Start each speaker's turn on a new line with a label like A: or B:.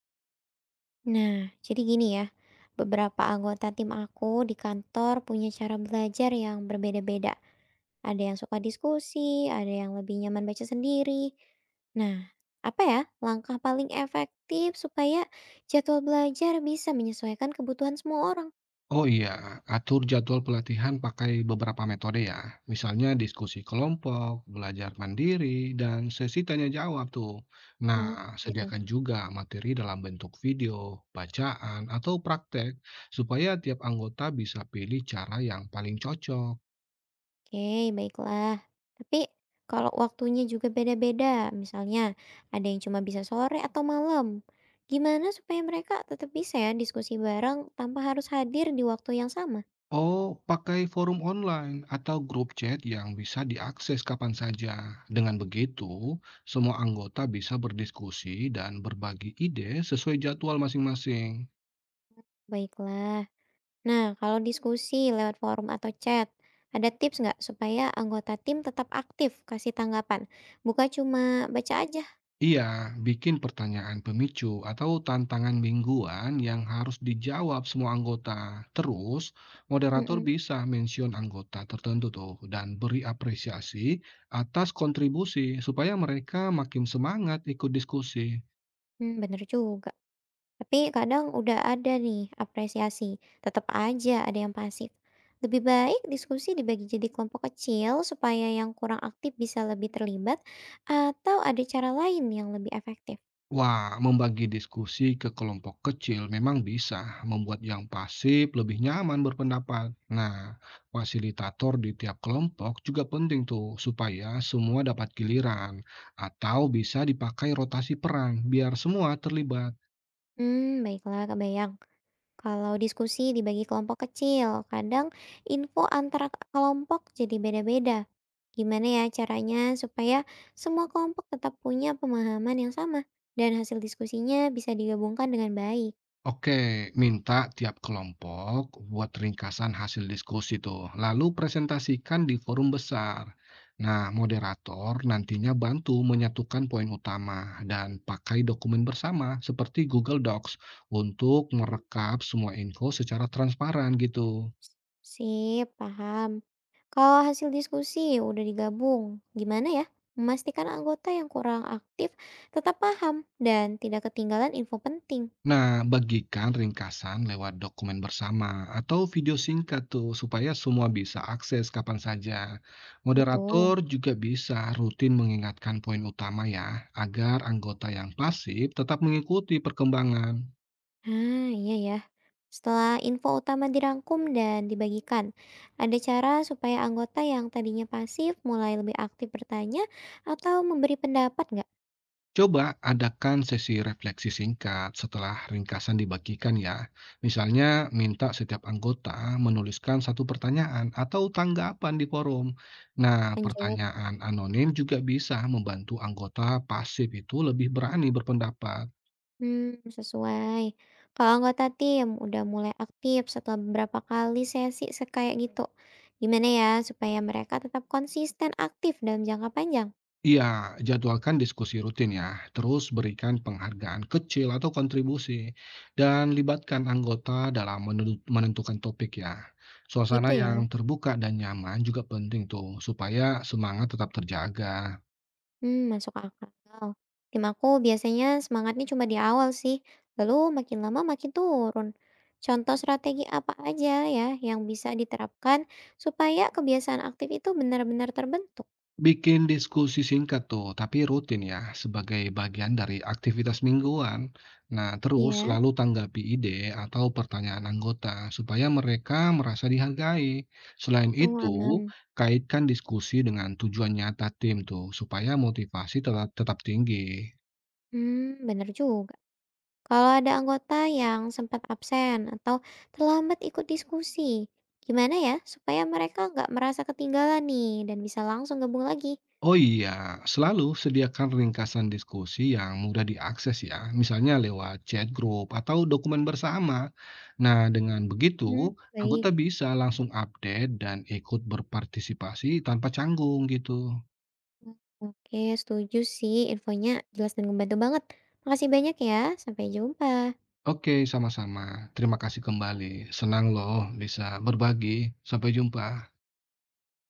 A: Nah, jadi gini ya, beberapa anggota tim aku di kantor punya cara belajar yang berbeda-beda. Ada yang suka diskusi, ada yang lebih nyaman baca sendiri. Nah, apa ya langkah paling efektif supaya jadwal belajar bisa menyesuaikan kebutuhan semua orang?
B: Oh iya, atur jadwal pelatihan pakai beberapa metode ya. Misalnya diskusi kelompok, belajar mandiri, dan sesi tanya jawab tuh. Nah,
A: Oh, gitu.
B: sediakan juga materi dalam bentuk video, bacaan, atau praktek supaya tiap anggota bisa pilih cara yang paling cocok.
A: Oke, baiklah. Tapi kalau waktunya juga beda-beda, misalnya ada yang cuma bisa sore atau malam, gimana supaya mereka tetap bisa ya diskusi bareng tanpa harus hadir di waktu yang sama?
B: Oh, pakai forum online atau grup chat yang bisa diakses kapan saja. Dengan begitu, semua anggota bisa berdiskusi dan berbagi ide sesuai jadwal masing-masing.
A: Baiklah. Nah, kalau diskusi lewat forum atau chat, ada tips nggak supaya anggota tim tetap aktif kasih tanggapan? Bukan cuma baca aja.
B: Iya, bikin pertanyaan pemicu atau tantangan mingguan yang harus dijawab semua anggota. Terus, moderator
A: Mm-mm.
B: bisa mention anggota tertentu tuh dan beri apresiasi atas kontribusi supaya mereka makin semangat ikut diskusi.
A: Hmm, bener juga. Tapi kadang udah ada nih apresiasi, tetap aja ada yang pasif. Lebih baik diskusi dibagi jadi kelompok kecil supaya yang kurang aktif bisa lebih terlibat atau ada cara lain yang lebih efektif.
B: Wah, membagi diskusi ke kelompok kecil memang bisa membuat yang pasif lebih nyaman berpendapat. Nah, fasilitator di tiap kelompok juga penting tuh supaya semua dapat giliran atau bisa dipakai rotasi peran biar semua terlibat.
A: Hmm, baiklah kebayang. Kalau diskusi dibagi kelompok kecil, kadang info antara kelompok jadi beda-beda. Gimana ya caranya supaya semua kelompok tetap punya pemahaman yang sama dan hasil diskusinya bisa digabungkan dengan baik?
B: Oke, minta tiap kelompok buat ringkasan hasil diskusi tuh, lalu presentasikan di forum besar. Nah, moderator nantinya bantu menyatukan poin utama dan pakai dokumen bersama seperti Google Docs untuk merekap semua info secara transparan gitu.
A: Sip, paham. Kalau hasil diskusi udah digabung, gimana ya memastikan anggota yang kurang aktif tetap paham dan tidak ketinggalan info penting?
B: Nah, bagikan ringkasan lewat dokumen bersama atau video singkat tuh supaya semua bisa akses kapan saja.
A: Betul.
B: Moderator juga bisa rutin mengingatkan poin utama ya, agar anggota yang pasif tetap mengikuti perkembangan.
A: Ah, iya ya. Setelah info utama dirangkum dan dibagikan, ada cara supaya anggota yang tadinya pasif mulai lebih aktif bertanya atau memberi pendapat nggak?
B: Coba adakan sesi refleksi singkat setelah ringkasan dibagikan ya. Misalnya minta setiap anggota menuliskan satu pertanyaan atau tanggapan di forum. Nah,
A: Lanjut.
B: pertanyaan anonim juga bisa membantu anggota pasif itu lebih berani berpendapat.
A: Hmm, sesuai. Kalau anggota tim udah mulai aktif setelah beberapa kali sesi kayak gitu, gimana ya supaya mereka tetap konsisten aktif dalam jangka panjang?
B: Iya, jadwalkan diskusi rutin ya, terus berikan penghargaan kecil atau kontribusi, dan libatkan anggota dalam menentukan topik ya. Suasana
A: Gitu ya?
B: yang terbuka dan nyaman juga penting tuh, supaya semangat tetap terjaga.
A: Hmm, masuk akal. Tim aku biasanya semangatnya cuma di awal sih, lalu makin lama makin turun. Contoh strategi apa aja ya yang bisa diterapkan supaya kebiasaan aktif itu benar-benar terbentuk?
B: Bikin diskusi singkat tuh, tapi rutin ya, sebagai bagian dari aktivitas mingguan. Nah, terus
A: Iya.
B: selalu tanggapi ide atau pertanyaan anggota supaya mereka merasa dihargai. Selain
A: Oh,
B: itu,
A: aman.
B: kaitkan diskusi dengan tujuan nyata tim tuh, supaya motivasi tetap tinggi.
A: Hmm, benar juga. Kalau ada anggota yang sempat absen atau terlambat ikut diskusi, gimana ya supaya mereka nggak merasa ketinggalan nih dan bisa langsung gabung lagi?
B: Oh iya, selalu sediakan ringkasan diskusi yang mudah diakses ya, misalnya lewat chat group atau dokumen bersama. Nah, dengan begitu,
A: Hmm, baik.
B: anggota bisa langsung update dan ikut berpartisipasi tanpa canggung gitu.
A: Oke, setuju sih. Infonya jelas dan membantu banget. Makasih banyak ya. Sampai jumpa.
B: Oke, sama-sama. Terima kasih kembali. Senang loh bisa berbagi. Sampai jumpa.